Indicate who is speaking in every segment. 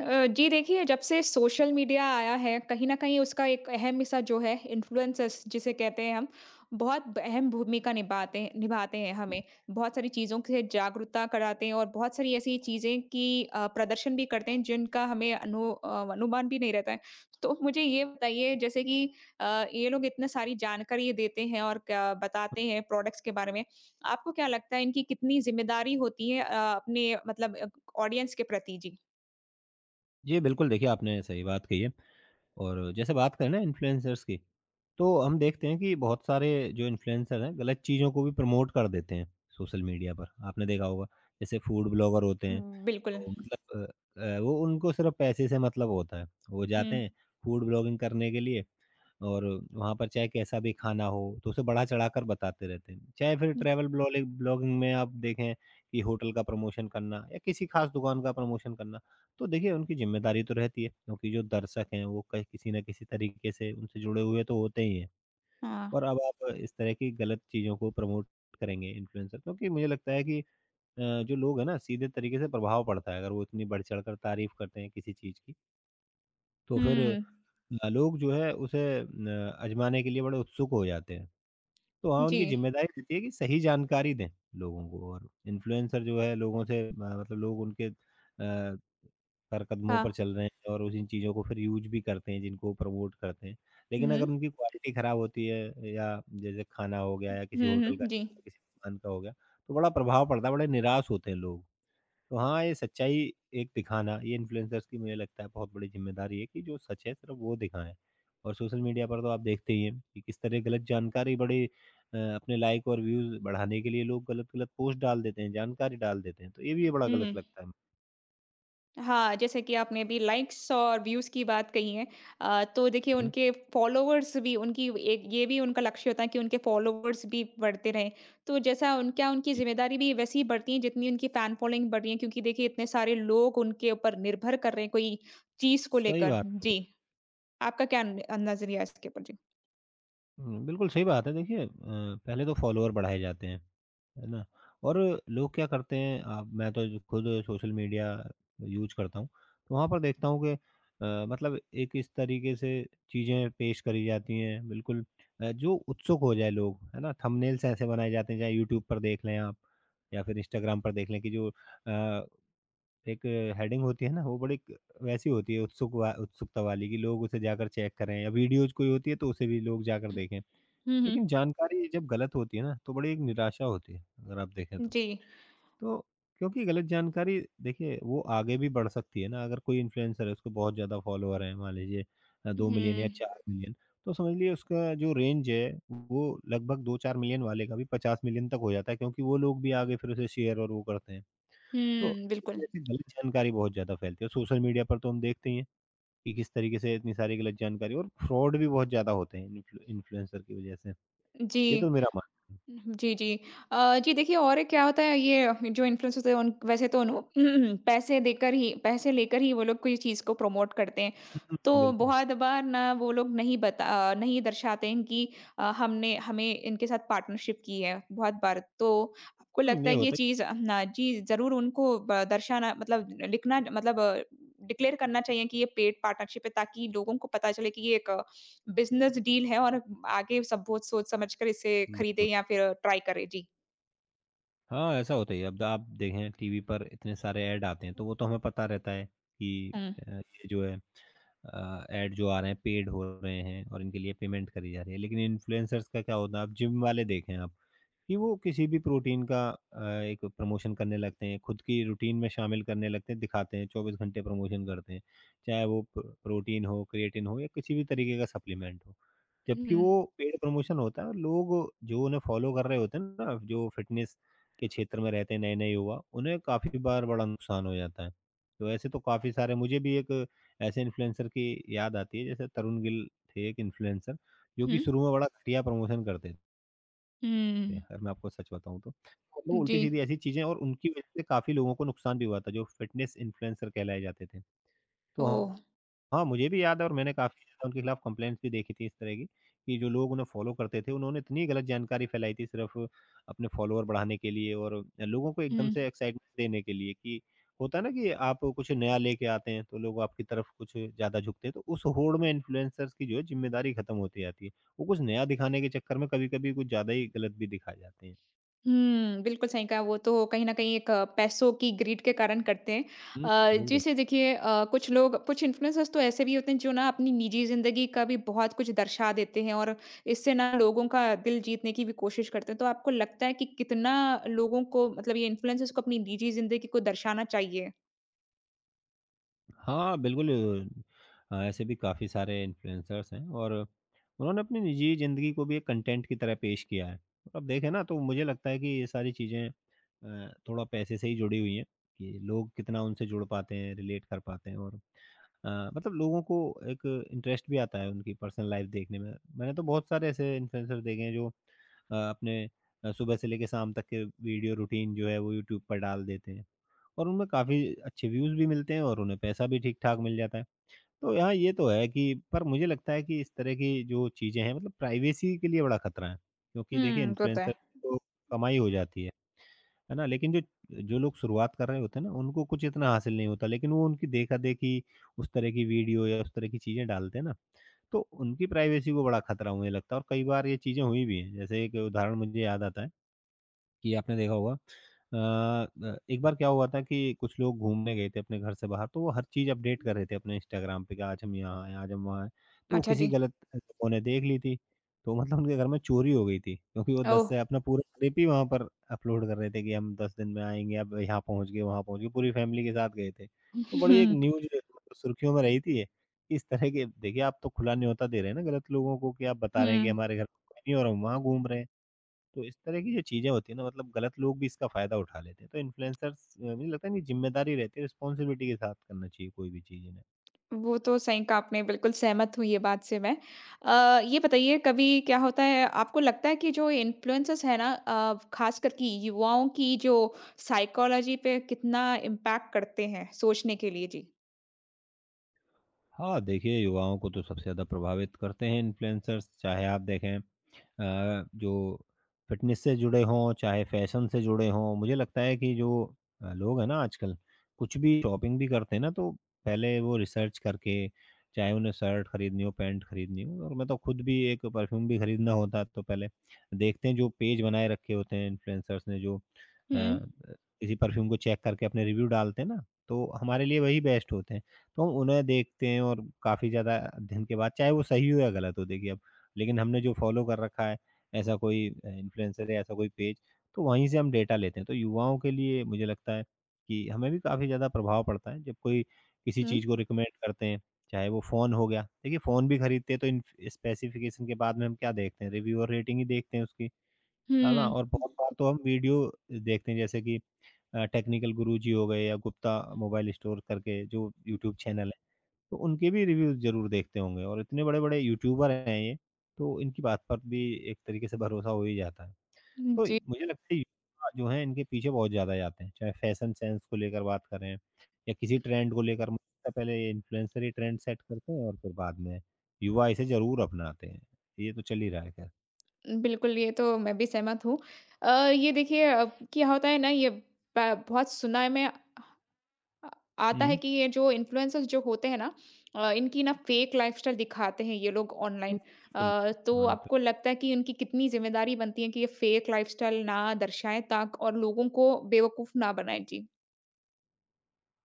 Speaker 1: जी देखिए, जब से सोशल मीडिया आया है, कहीं न कहीं उसका एक अहम हिस्सा जो है इन्फ्लुएंसर्स जिसे कहते हैं हम, बहुत ब अहम भूमिका निभाते हैं हमें। बहुत सारी चीज़ों से जागरूकता कराते हैं और बहुत सारी ऐसी चीज़ें की प्रदर्शन भी करते हैं जिनका हमें अनुमान भी नहीं रहता है। तो मुझे ये बताइए जैसे कि ये लोग इतने सारी जानकारी देते हैं और क्या बताते हैं प्रोडक्ट्स के बारे में। आपको क्या लगता है इनकी कितनी ज़िम्मेदारी होती है अपने मतलब ऑडियंस के प्रति? जी।
Speaker 2: जी, बिल्कुल देखिए आपने सही बात कही है और जैसे बात करें ना इन्फ्लुएंसर्स की, तो हम देखते हैं कि बहुत सारे जो इन्फ्लुएंसर हैं गलत चीज़ों को भी प्रमोट कर देते हैं सोशल मीडिया पर, आपने देखा होगा। जैसे फूड ब्लॉगर होते हैं,
Speaker 1: हुँ, बिल्कुल।
Speaker 2: तो मतलब वो उनको सिर्फ़ पैसे से मतलब होता है। वो
Speaker 1: हुँ,
Speaker 2: जाते हैं फूड ब्लॉगिंग करने के लिए और वहाँ पर चाहे कैसा भी खाना हो, तो उसे बढ़ा-चढ़ा कर बताते रहते हैं। चाहे फिर
Speaker 1: हुँ,
Speaker 2: ट्रैवल ब्लॉलिग ब्लॉगिंग में आप देखें कि होटल का प्रमोशन करना या किसी ख़ास दुकान का प्रमोशन करना। तो देखिए उनकी ज़िम्मेदारी तो रहती है, क्योंकि जो दर्शक हैं वो कहीं किसी न किसी तरीके से उनसे जुड़े हुए तो होते ही हैं।
Speaker 1: हाँ,
Speaker 2: और अब आप इस तरह की गलत चीज़ों को प्रमोट करेंगे इन्फ्लुएंसर, क्योंकि मुझे लगता है कि जो लोग हैं ना सीधे तरीके से प्रभाव पड़ता है। अगर वो इतनी बढ़ चढ़ कर तारीफ़ करते हैं किसी चीज़ की, तो फिर
Speaker 1: हुँ,
Speaker 2: लोग जो है उसे न आज़माने के लिए बड़े उत्सुक हो जाते हैं। तो हाँ,
Speaker 1: जी,
Speaker 2: उनकी ज़िम्मेदारी रहती है कि सही जानकारी दें लोगों को, और इन्फ्लुएंसर जो है लोगों से म मतलब लोग उनके सर कदमों
Speaker 1: हाँ,
Speaker 2: पर चल रहे हैं और उन्हीं चीज़ों को फिर यूज़ भी करते हैं जिनको प्रमोट करते हैं। लेकिन
Speaker 1: हुँ,
Speaker 2: अगर उनकी क्वालिटी खराब होती है, या जैसे खाना हो गया या किसी
Speaker 1: हुँ,
Speaker 2: होटल का
Speaker 1: हुँ, जी,
Speaker 2: किसी दुकान का हो गया, तो बड़ा प्रभाव पड़ता है, बड़े निराश होते हैं लोग। तो हाँ, ये सच्चाई एक दिखाना ये इन्फ्लुएंसर्स की मुझे लगता है बहुत बड़ी ज़िम्मेदारी है कि जो सच है सिर्फ़ वो दिखाएँ। और सोशल मीडिया पर तो आप देखते ही हैं कि किस तरह गलत जानकारी बड़े अपने लाइक और व्यूज़ बढ़ाने के लिए लोग गलत-गलत पोस्ट डाल देते हैं, जानकारी डाल देते हैं। तो ये भी बड़ा गलत
Speaker 1: हुँ,
Speaker 2: लगता है।
Speaker 1: हाँ, जैसे कि आपने अभी लाइक्स और व्यूज़ की बात कही है तो देखिए
Speaker 2: हुँ,
Speaker 1: उनके फॉलोवर्स भी उनकी एक ये भी उनका लक्ष्य होता है कि उनके फॉलोवर्स भी बढ़ते रहें। तो जैसा उन क्या उनकी
Speaker 2: जी।
Speaker 1: ज़िम्मेदारी भी वैसी ही बढ़ती है जितनी उनकी फैन फॉलोइंग बढ़ रही है क्योंकि देखिए इतने सारे लोग उनके ऊपर निर्भर कर रहे हैं कोई चीज़ को
Speaker 2: सही
Speaker 1: लेकर?
Speaker 2: बात है।
Speaker 1: जी, आपका क्या न अ, नज़रिया है इसके ऊपर? जी।
Speaker 2: हुँ, बिल्कुल सही बात है। देखिए पहले तो फॉलोअर बढ़ाए जाते हैं, है ना? और लोग क्या करते हैं, आप मैं तो जो खुद सोशल मीडिया यूज़ करता हूँ, तो वहाँ पर देखता हूँ कि मतलब एक इस तरीके से चीज़ें पेश करी जाती हैं, बिल्कुल जो उत्सुक हो जाए लोग, है ना? थंबनेल्स ऐसे बनाए जाते हैं, चाहे यूट्यूब पर देख लें आप या फिर इंस्टाग्राम पर देख लें, कि जो अ, एक हेडिंग होती है ना, वो बड़ी क वैसी होती है, उत्सुकता वाली, कि लोग उसे जाकर चेक करें, या वीडियोज़ कोई होती है, तो उसे भी लोग जाकर देखें।
Speaker 1: हुँ, हुँ,
Speaker 2: लेकिन जानकारी जब गलत होती है ना, तो बड़ी एक निराशा होती है, अगर आप देखें तो।
Speaker 1: जी।
Speaker 2: तो क्योंकि गलत जानकारी देखिए वो आगे भी बढ़ सकती है ना, अगर कोई इन्फ्लुएंसर है, उसको बहुत ज़्यादा फॉलोवर हैं, मान लीजिए 2 मिलियन या
Speaker 1: हुँ।
Speaker 2: 4 मिलियन, तो समझ लीजिए उसका जो रेंज है, वो लगभग 2-4 मिलियन वाले का भी 50 मिलियन तक हो जाता है, क्योंकि वो लोग भी आगे फिर उसे शेयर और वो करते हैं। तो
Speaker 1: हुँ,
Speaker 2: इस
Speaker 1: बिल्कुल।
Speaker 2: वजह से गलत जानकारी बहुत ज़्यादा फैलती है। सोशल मीडिया पर तो हम देखते ही हैं कि किस तरीके से इतनी सारी गलत जानकारी और फ्रॉड भी बहुत ज़्यादा होते हैं इन्फ्लुएंसर की वजह से। ये तो
Speaker 1: जी।
Speaker 2: मेरा मानना है।
Speaker 1: जी, जी। जी देखिए और एक क्या होता है ये जो इन्फ्लुएंसर्स होते हैं उन वैसे तो उन्हो पैसे लेकर ही वो लोग कोई चीज़ को प्रमोट करते हैं।
Speaker 2: हुँ,
Speaker 1: तो
Speaker 2: बिल्कुल।
Speaker 1: बहुत बार ना वो लोग नहीं दर्शाते हैं कि हमने हमें इनके साथ पार्टनरशिप की है बहुत बार। तो आपको
Speaker 2: हुँ,
Speaker 1: लगता
Speaker 2: ये
Speaker 1: है कि ये
Speaker 2: होता
Speaker 1: चीज़ ना जी ज़रूर उनको ब दर्शाना मतलब लिखना मतलब डिक्लेयर करना चाहिए कि ये पेड पार्टनरशिप है ताकि लोगों को पता चले कि ये एक बिज़नेस डील है और आगे सब बहुत सोच-समझ कर इसे
Speaker 2: ही
Speaker 1: खरीदें
Speaker 2: बिल्कुल।
Speaker 1: या फिर ट्राई करें। जी।
Speaker 2: हाँ, ऐसा होता ही है। अब आप देखें टीवी पर इतने सारे ऐड आते हैं, तो वो तो हमें पता रहता है कि
Speaker 1: हुँ।
Speaker 2: ये जो है ऐड जो आ रहे हैं पेड हो रहे हैं और इनके लिए पेमेंट करी जा रही है। लेकिन इन्फ्लुएंसर्स का क्या होता है, आप जिम वाले देखें आप। कि वो किसी भी प्रोटीन का एक प्रमोशन करने लगते हैं, खुद की रूटीन में शामिल करने लगते हैं, दिखाते हैं, 24 घंटे प्रमोशन करते हैं। चाहे वो प प्रोटीन हो, क्रिएटिन हो या किसी भी तरीके का सप्लीमेंट हो।
Speaker 1: हुँ।
Speaker 2: जबकि वो पेड प्रमोशन होता है, और लोग जो उन्हें फ़ॉलो कर रहे होते हैं ना, जो फ़िटनेस के क्षेत्र में रहते हैं नए-नए युवा, उन्हें काफ़ी बार बड़ा नुकसान हो जाता है। तो ऐसे तो काफ़ी सारे मुझे भी एक ऐसे इन्फ्लुएंसर की याद आती है, जैसे तरुण गिल थे एक इन्फ्लुएंसर, जो
Speaker 1: हुँ।
Speaker 2: कि शुरू में बड़ा घटिया प्रमोशन करते थे। थे,
Speaker 1: हुँ।
Speaker 2: अगर मैं आपको सच बताऊँ तो। मतलब
Speaker 1: जी।
Speaker 2: उल्टी-सीधी ऐसी चीज़ें, और उनकी वज़ह से काफ़ी लोगों को नुकसान भी हुआ था, जो फ़िटनेस इन्फ्लुएंसर कहलाए जाते थे। तो
Speaker 1: ओह!
Speaker 2: हाँ, हाँ, मुझे भी याद है, और मैंने काफ़ी ज़्यादा उनके खिलाफ़ कंप्लेंट्स भी देखी थी इस तरह की, कि जो लोग उन्हें फ़ॉलो करते थे, उन्होंने इतनी गलत जानकारी फैलाई थी सिर्फ़ अपने फ़ॉलोअर बढ़ाने के लिए और लोगों को एकदम से
Speaker 1: हुँ।
Speaker 2: एक्साइटमेंट देने के लिए। कि होता है ना कि आप कुछ नया लेके आते हैं, तो लोग आपकी तरफ कुछ ज़्यादा झुकते हैं, तो उस होड़ में इन्फ्लुएंसर्स की जो है ज़िम्मेदारी खत्म होती जाती है। वो कुछ नया दिखाने के चक्कर में कभी-कभी कुछ ज़्यादा ही गलत भी दिखा जाते हैं।
Speaker 1: हुँ, बिल्कुल सही कहा, वो तो कहीं न कहीं एक पैसों की ग्रीड के कारण करते हैं।
Speaker 2: हुँ, बिल्कुल।
Speaker 1: जैसे देखिए कुछ इन्फ्लुएंसर्स तो ऐसे भी होते हैं जो ना अपनी निजी ज़िंदगी का भी बहुत कुछ दर्शा देते हैं और इससे ना लोगों का दिल जीतने की भी कोशिश करते हैं। तो आपको लगता है कि कितना लोगों को मतलब ये इन्फ्लुएंसर्स को अपनी निजी ज़िंदगी को दर्शाना चाहिए?
Speaker 2: हाँ, बिल्कुल ऐसे भी काफ़ी सारे इन्फ्लुएंसर्स हैं, और उन्होंने अपनी निजी ज़िंदगी को भी एक कंटेंट की तरह पेश किया है। अब देखें ना, तो मुझे लगता है कि ये सारी चीज़ें थोड़ा पैसे से ही जुड़ी हुई हैं, कि लोग कितना उनसे जुड़ पाते हैं, रिलेट कर पाते हैं, और मतलब लोगों को एक इंटरेस्ट भी आता है उनकी पर्सनल लाइफ़ देखने में। मैंने तो बहुत सारे ऐसे इन्फ्लुएंसर देखे हैं जो अपने सुबह से लेके शाम तक के वीडियो रूटीन जो है वो यूट्यूब पर डाल देते हैं। और उनमें काफ़ी अच्छे व्यूज़ भी मिलते हैं, और उन्हें पैसा भी ठीक-ठाक मिल जाता है। तो यहाँ ये तो है कि, पर मुझे लगता है कि इस तरह की जो चीज़ें हैं मतलब प्राइवेसी के लिए बड़ा खतरा है। क्योंकि देखिए
Speaker 1: हुँ, वो तो है।
Speaker 2: इन्फ्लुएंसर तो कमाई हो जाती है ना? लेकिन जो जो लोग शुरुआत कर रहे होते हैं ना, उनको कुछ इतना हासिल नहीं होता, लेकिन वो उनकी देखा-देखी उस तरह की वीडियो या उस तरह की चीज़ें डालते हैं ना, तो उनकी प्राइवेसी को बड़ा खतरा मुझे लगता है, और कई बार ये चीज़ें हुई भी हैं। जैसे एक उदाहरण मुझे याद आता है, कि आपने देखा होगा एक बार क्या हुआ था कि कुछ लोग घूमने गए थे अपने घर से बाहर, तो वो हर चीज़ अपडेट कर रहे थे अपने इंस्टाग्राम पे, कि आज हम यहाँ आए, आज हम वहाँ आए। तो वो
Speaker 1: अच्छा
Speaker 2: किसी
Speaker 1: जी।
Speaker 2: गलत लोगों ने देख ली थी, तो मतलब उनके घर में चोरी हो गई थी, क्योंकि वो
Speaker 1: ओह!
Speaker 2: दस से अपना पूरा ट्रिप ही वहाँ पर अपलोड कर रहे थे, कि हम 10 दिन में आएंगे, अब यहाँ पहुँच गए, वहाँ पहुँच गए, पूरी फैमिली के साथ गए थे, तो बड़ी एक न्यूज मतलब सुर्खियों में रही थी ये। इस तरह के देखिए, आप तो खुला न्योता दे रहे हैं ना गलत लोगों को, कि आप बता रहे हैं कि
Speaker 1: हुँ,
Speaker 2: हमारे घर में कोई नहीं और हम वहाँ घूम रहे हैं। तो इस तरह की जो चीज़ें होती हैं ना मतलब गलत लोग भी इसका फ़ायदा उठा लेते हैं। तो इन्फ्लुएंसर्स मुझे लगता है इनकी ज़िम्मेदारी रहती है, रिस्पॉन्सिबिलिटी के साथ करना चाहिए कोई भी चीज़ इन्हें।
Speaker 1: वो तो सही कहा आपने, बिल्कुल सहमत हूँ ये बात से मैं। ये बताइए कभी क्या होता है आपको लगता है कि जो इन्फ्लुएंसर्स हैं ना ख़ासकर कि युवाओं की जो साइकोलॉजी पे कितना इम्पैक्ट करते हैं सोचने के लिए? जी।
Speaker 2: हाँ, देखिए युवाओं को तो सबसे ज़्यादा प्रभावित करते हैं इन्फ्लुएंसर्स, चाहे आप देखें जो फ़िटनेस से जुड़े हों, चाहे फ़ैशन से जुड़े हों। मुझे लगता है कि जो लोग हैं ना आजकल, कुछ भी शॉपिंग भी करते हैं ना, तो पहले वो रिसर्च करके, चाहे उन्हें शर्ट खरीदनी हो, पैंट खरीदनी हो, और मैं तो खुद भी एक परफ्यूम भी खरीदना होता तो पहले देखते हैं जो पेज बनाए रखे होते हैं इन्फ्लुएंसर्स ने जो
Speaker 1: हुँ,
Speaker 2: किसी परफ्यूम को चेक करके अपने रिव्यू डालते हैं ना, तो हमारे लिए वही बेस्ट होते हैं। तो हम उन्हें देखते हैं, और काफ़ी ज़्यादा अध्ययन के बाद, चाहे वो सही हो या गलत हो देखिए अब, लेकिन हमने जो फ़ॉलो कर रखा है ऐसा कोई इन्फ्लुएंसर या ऐसा कोई पेज, तो वहीं से हम डेटा लेते हैं। तो युवाओं के लिए मुझे लगता है कि हमें भी काफ़ी ज़्यादा प्रभाव पड़ता है जब कोई किसी
Speaker 1: हुँ,
Speaker 2: चीज़ को रिकमेंड करते हैं, चाहे वो फ़ोन हो गया। देखिए फ़ोन भी खरीदते हैं तो इन स्पेसिफ़िकेशन के बाद में हम क्या देखते हैं, रिव्यू और रेटिंग ही देखते हैं उसकी, है ना?
Speaker 1: हुँ।
Speaker 2: और बहुत बार तो हम वीडियो देखते हैं, जैसे कि टेक्निकल गुरुजी हो गए या गुप्ता मोबाइल स्टोर करके जो यूट्यूब चैनल है। तो उनके भी रिव्यूज़ ज़रूर देखते होंगे और इतने बड़े-बड़े यूट्यूबर हैं ये, तो इनकी बात पर भी एक तरीके से भरोसा हो ही जाता है। तो
Speaker 1: जी,
Speaker 2: मुझे लगता है, युवा जो हैं इनके पीछे बहुत ज़्यादा जाते हैं, चाहे फैशन सेंस को लेकर बात करें या किसी ट्रेंड को लेकर। मुझे लगता है पहले ये इन्फ्लुएंसर ही ट्रेंड सेट करते हैं और फिर बाद में युवा इसे ज़रूर अपनाते हैं। ये तो चल ही रहा है खैर।
Speaker 1: बिल्कुल ये तो मैं भी सहमत हूँ। ये देखिए अब क्या होता है ना ये ब बहुत सुना है मैं अ, आता है
Speaker 2: हुँ।
Speaker 1: कि ये जो इन्फ्लुएंसर्स जो होते हैं ना इनकी ना फेक लाइफस्टाइल दिखाते हैं ये लोग
Speaker 2: हुँ,
Speaker 1: ऑनलाइन
Speaker 2: बिल्कुल।
Speaker 1: तो
Speaker 2: हाँ, ये तो
Speaker 1: आपको लगता है कि इनकी कितनी जिम्मेदारी बनती है कि ये फेक लाइफस्टाइल ना दर्शाएं ताक और लोगों को बेवकूफ ना बनाएं। जी।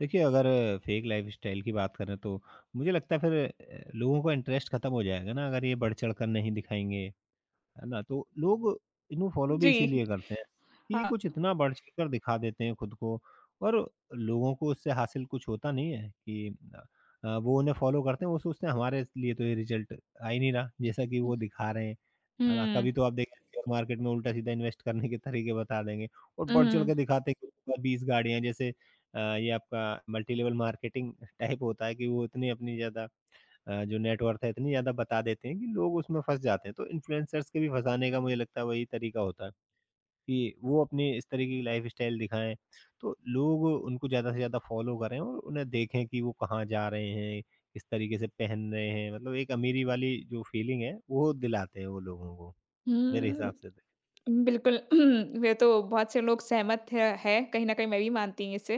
Speaker 2: देखिए, अगर फेक लाइफ़स्टाइल की बात करें, तो मुझे लगता है फिर लोगों का इंटरेस्ट खत्म हो जाएगा ना, अगर ये बढ़-चढ़ कर नहीं दिखाएँगे। है ना? तो लोग इन्हें फॉलो भी
Speaker 1: जी।
Speaker 2: इसीलिए करते हैं कि ये
Speaker 1: हाँ।
Speaker 2: कुछ इतना बढ़ चढ़ कर दिखा देते हैं खुद को, और लोगों को उससे हासिल कुछ होता नहीं है कि अ वो उन्हें फॉलो करते हैं, वो सोचते हैं हमारे लिए तो ये रिज़ल्ट आ ही नहीं रहा, जैसा कि वो दिखा रहे हैं, है ना?
Speaker 1: हम्म।
Speaker 2: कभी तो आप देखें, शेयर मार्केट में उल्टा-सीधा इन्वेस्ट करने के तरीके बता देंगे, और बढ़ चढ़
Speaker 1: हम्म।
Speaker 2: के दिखाते हैं कि उनके पास 20 गाड़ियाँ हैं। जैसे ये आपका मल्टी लेवल मार्केटिंग टाइप होता है कि वो इतनी अपनी ज़्यादा जो नेटवर्थ है इतनी ज़्यादा बता देते हैं कि लोग उसमें फँस जाते हैं। तो इन्फ्लुएंसर्स के भी फँसाने का मुझे लगता है वही तरीका होता है कि वो अपनी इस तरीके की लाइफ़स्टाइल दिखाएँ, तो लोग उनको ज़्यादा से ज़्यादा फ़ॉलो करें और उन्हें देखें कि वो कहाँ जा रहे हैं, किस तरीके से पहन रहे हैं। मतलब एक अमीरी वाली जो फ़ीलिंग है, वो दिलाते हैं वो लोगों को, मेरे हिसाब से
Speaker 1: हम्म।
Speaker 2: तो।
Speaker 1: बिल्कुल, ये तो बहुत से लोग सहमत है हैं, कहीं न कहीं मैं भी मानती हूँ इससे।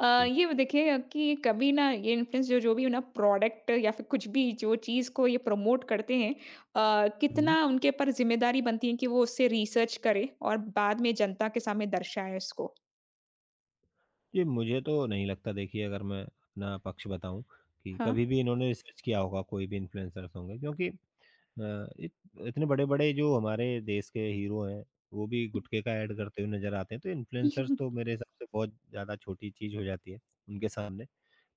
Speaker 2: जी।
Speaker 1: ये देखिए कि कभी ना ये इन्फ्लुएंस जो जो भी हो ना प्रोडक्ट या फिर कुछ भी जो चीज़ को ये प्रमोट करते हैं
Speaker 2: हुँ।
Speaker 1: कितना उनके ऊपर ज़िम्मेदारी बनती है कि वो उससे रिसर्च करें और बाद में जनता के सामने दर्शाएँ उसको।
Speaker 2: जी, मुझे तो नहीं लगता, देखिए, अगर मैं अपना पक्ष बताऊँ, कि
Speaker 1: हाँ।
Speaker 2: कभी भी इन्होंने रिसर्च किया होगा, कोई भी इन्फ्लुएंसर्स होंगे, क्योंकि अ, इत इतने बड़े-बड़े जो हमारे देश के हीरो हैं, वो भी गुटखे का ऐड करते हुए नज़र आते हैं, तो इन्फ्लुएंसर्स तो मेरे हिसाब से बहुत ज़्यादा छोटी चीज़ हो जाती है उनके सामने।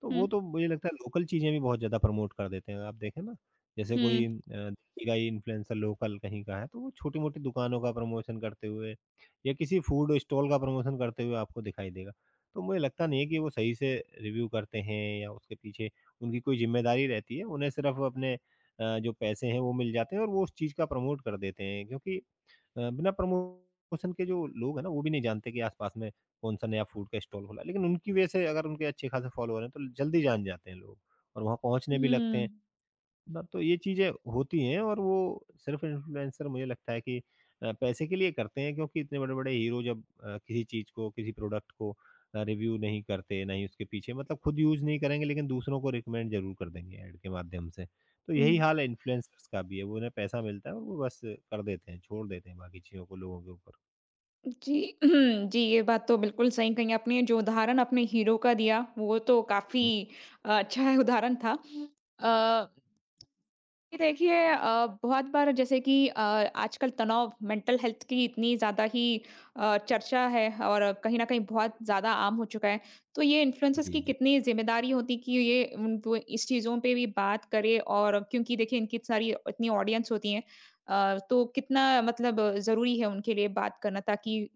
Speaker 2: तो
Speaker 1: हुँ,
Speaker 2: वो तो मुझे लगता है, लोकल चीज़ें भी बहुत ज़्यादा प्रमोट कर देते हैं। आप देखें ना, जैसे
Speaker 1: हुँ,
Speaker 2: कोई दिल्ली का ही इन्फ्लुएंसर लोकल कहीं का है, तो वो छोटी-मोटी दुकानों का प्रमोशन करते हुए या किसी फूड स्टॉल का प्रमोशन करते हुए आपको दिखाई देगा। तो मुझे लगता नहीं है कि वो सही से रिव्यू करते हैं, या उसके पीछे उनकी कोई ज़िम्मेदारी रहती है। उन्हें सिर्फ़ अपने जो पैसे हैं वो मिल जाते हैं और वो उस चीज़ का प्रमोट कर देते हैं, क्योंकि बिना प्रमोशन के जो लोग हैं ना वो भी नहीं जानते कि आसपास में कौन-सा नया फूड का स्टॉल खुला है। लेकिन उनकी वजह से, अगर उनके अच्छे खासे फॉलोवर हैं, तो जल्दी जान जाते हैं लोग और वहाँ पहुँचने भी लगते
Speaker 1: हुँ,
Speaker 2: हैं। मतलब तो ये चीज़ें होती हैं, और वो सिर्फ इन्फ्लुएंसर मुझे लगता है कि पैसे के लिए करते हैं, क्योंकि इतने बड़े-बड़े हीरो जब किसी चीज़ को, किसी प्रोडक्ट को रिव्यू नहीं करते, ना ही उसके पीछे, मतलब खुद यूज़ नहीं करेंगे, लेकिन दूसरों को रिकमेंड ज़रूर कर देंगे ऐड के माध्यम से। तो यही
Speaker 1: हुँ।
Speaker 2: हाल इन्फ्लुएंसर्स का भी है, वो उन्हें पैसा मिलता है और वो बस कर देते हैं, छोड़ देते हैं बाकी चीज़ों को लोगों के ऊपर।
Speaker 1: जी जी, ये बात तो बिल्कुल सही कही आपने। जो उदाहरण अपने हीरो का दिया, वो तो काफ़ी
Speaker 2: हुँ।
Speaker 1: अच्छा है उदाहरण था। अ कि देखिए बहुत बार जैसे कि आजकल तनाव मेंटल हेल्थ की इतनी ज़्यादा ही चर्चा है और कहीं न कहीं बहुत ज़्यादा आम हो चुका है। तो ये इन्फ्लुएंसर्स की
Speaker 2: जी, जी।
Speaker 1: कितनी ज़िम्मेदारी होती कि ये उन वो इस चीज़ों पे भी बात करे और क्योंकि देखिए इनकी सारी इतनी ऑडियंस होती है तो कितना मतलब ज़रूरी है उनके लिए बात करना ताकि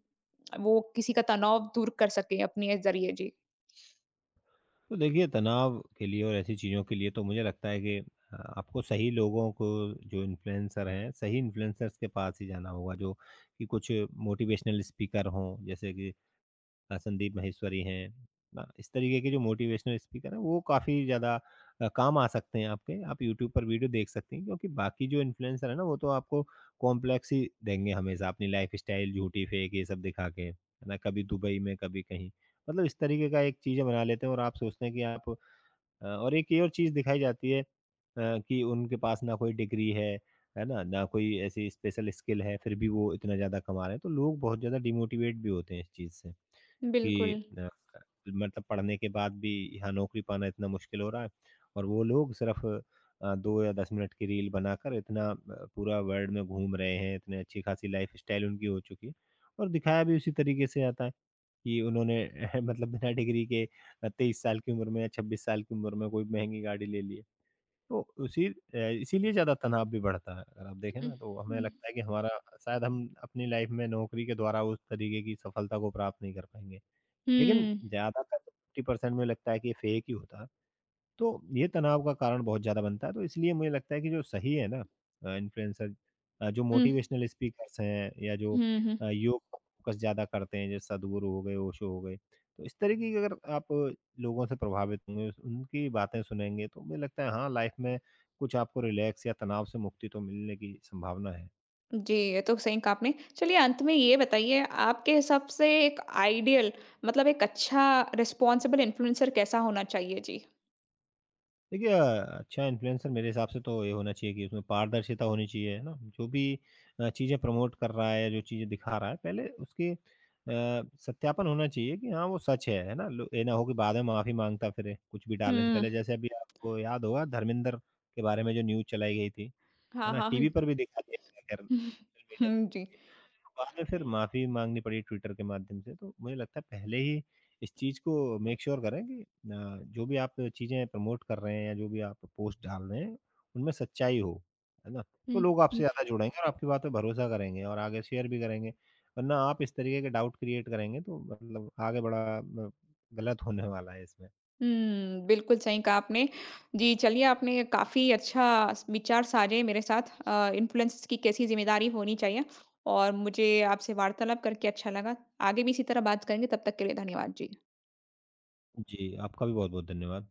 Speaker 1: वो किसी का तनाव दूर कर सकें अपने ज़रिए? जी।
Speaker 2: तो देखिए, तनाव के लिए और ऐसी चीज़ों के लिए तो मुझे लगता है कि आपको सही लोगों को, जो इन्फ्लुएंसर हैं, सही इन्फ्लुएंसर्स के पास ही जाना होगा, जो कि कुछ मोटिवेशनल स्पीकर हों, जैसे कि संदीप माहेश्वरी हैं ना। इस तरीके के जो मोटिवेशनल स्पीकर हैं, वो काफ़ी ज़्यादा काम आ सकते हैं आपके। आप यूट्यूब पर वीडियो देख सकते हैं, क्योंकि बाकी जो इन्फ्लुएंसर है ना, वो तो आपको कॉम्प्लेक्स ही देंगे हमेशा, अपनी लाइफ़स्टाइल झूठी फेक ये सब दिखा के, है ना? कभी दुबई में, कभी कहीं। मतलब इस तरीके का एक चीज़ें बना लेते हैं और आप सोचते हैं कि आप और एक ये और चीज़ दिखाई जाती है कि उनके पास ना कोई डिग्री है ना? ना कोई ऐसी स्पेशल स्किल है, फिर भी वो इतना ज़्यादा कमा रहे हैं। तो लोग बहुत ज़्यादा डिमोटिवेट भी होते हैं इस चीज़ से। कि
Speaker 1: बिल्कुल।
Speaker 2: मतलब पढ़ने के बाद भी यहाँ नौकरी पाना इतना मुश्किल हो रहा है, और वो लोग सिर्फ 2 या 10 मिनट की रील बनाकर इतना पूरा वर्ल्ड में घूम रहे हैं। इतने अच्छी खासी लाइफ़स्टाइल उनकी हो चुकी है, और दिखाया भी उसी तरीके से जाता है कि उन्होंने मतलब बिना डिग्री के 23 साल की उम्र में या 26 साल की उम्र में कोई महँगी गाड़ी ले ली है। तो उसी इसीलिए ज़्यादा तनाव भी बढ़ता है, अगर आप देखें
Speaker 1: हुँ,
Speaker 2: ना, तो हमें
Speaker 1: हुँ।
Speaker 2: लगता है कि हमारा शायद हम अपनी लाइफ़ में नौकरी के द्वारा उस तरीके की सफलता को प्राप्त नहीं कर पाएँगे। लेकिन
Speaker 1: हुँ।
Speaker 2: ज़्यादातर 50% में लगता है कि ये फेक ही होता है। तो ये तनाव का कारण बहुत ज़्यादा बनता है, तो इसलिए मुझे लगता है कि जो सही है ना इन्फ्लुएंसर जो मोटिवेशनल स्पीकर्स हैं, या जो
Speaker 1: हुँ, हुँ।
Speaker 2: योग पर फोकस ज़्यादा करते हैं, जैसे सद्गुरु हो गए, ओशो हो गए, तो इस तरीके की अगर आप लोगों से प्रभावित होंगे, उनकी बातें सुनेंगे, तो मुझे लगता है हाँ, लाइफ़ में कुछ आपको रिलैक्स या तनाव से मुक्ति तो मिलने की संभावना है।
Speaker 1: जी, ये तो सही कहा आपने। चलिए अंत में ये बताइए आपके हिसाब से एक आइडियल मतलब एक अच्छा रिस्पॉन्सिबल इन्फ्लुएंसर कैसा होना चाहिए? जी।
Speaker 2: देखिए अच्छा इन्फ्लुएंसर मेरे हिसाब से तो ये होना चाहिए कि उसमें पारदर्शिता होनी चाहिए, है ना? जो भी चीज़ें प्रमोट कर रहा है, जो चीज़ें दिखा रहा है, पहले उसके सत्यापन होना चाहिए कि हाँ, वो सच है ना? लो ये ना हो कि बाद में माफ़ी माँगता फिरे, कुछ भी डालने से
Speaker 1: हुँ।
Speaker 2: पहले। जैसे अभी आपको याद होगा, धर्मेंद्र के बारे में जो न्यूज़ चलाई गई थी, है
Speaker 1: हाँ,
Speaker 2: ना?
Speaker 1: हाँ। हुँ,
Speaker 2: टीवी पर भी दिखा दिया गया, खैर सोशल मीडिया,
Speaker 1: जी।
Speaker 2: बाद में फिर माफ़ी माँगनी पड़ी ट्विटर के माध्यम से। तो मुझे लगता है पहले ही इस चीज़ को मेक श्योर करें कि जो भी आप चीज़ें प्रमोट कर रहे हैं, या जो भी आप पोस्ट डाल रहे हैं, उनमें सच्चाई हो, है ना? तो
Speaker 1: हुँ,
Speaker 2: लोग आपसे
Speaker 1: हुँ।
Speaker 2: ज़्यादा जुड़ेंगे, और आपकी बात पे भरोसा करेंगे और आगे शेयर भी करेंगे। वरना आप इस तरीके के डाउट क्रिएट करेंगे, तो मतलब आगे बड़ा म गलत होने वाला है इसमें।
Speaker 1: हुँ, बिल्कुल सही कहा आपने। जी, चलिए आपने काफ़ी अच्छा स विचार साझे मेरे साथ इन्फ्लुएंस की कैसी ज़िम्मेदारी होनी चाहिए और मुझे आपसे वार्तालाप करके अच्छा लगा। आगे भी इसी तरह बात करेंगे, तब तक के लिए धन्यवाद। जी।
Speaker 2: जी, आपका भी बहुत-बहुत धन्यवाद।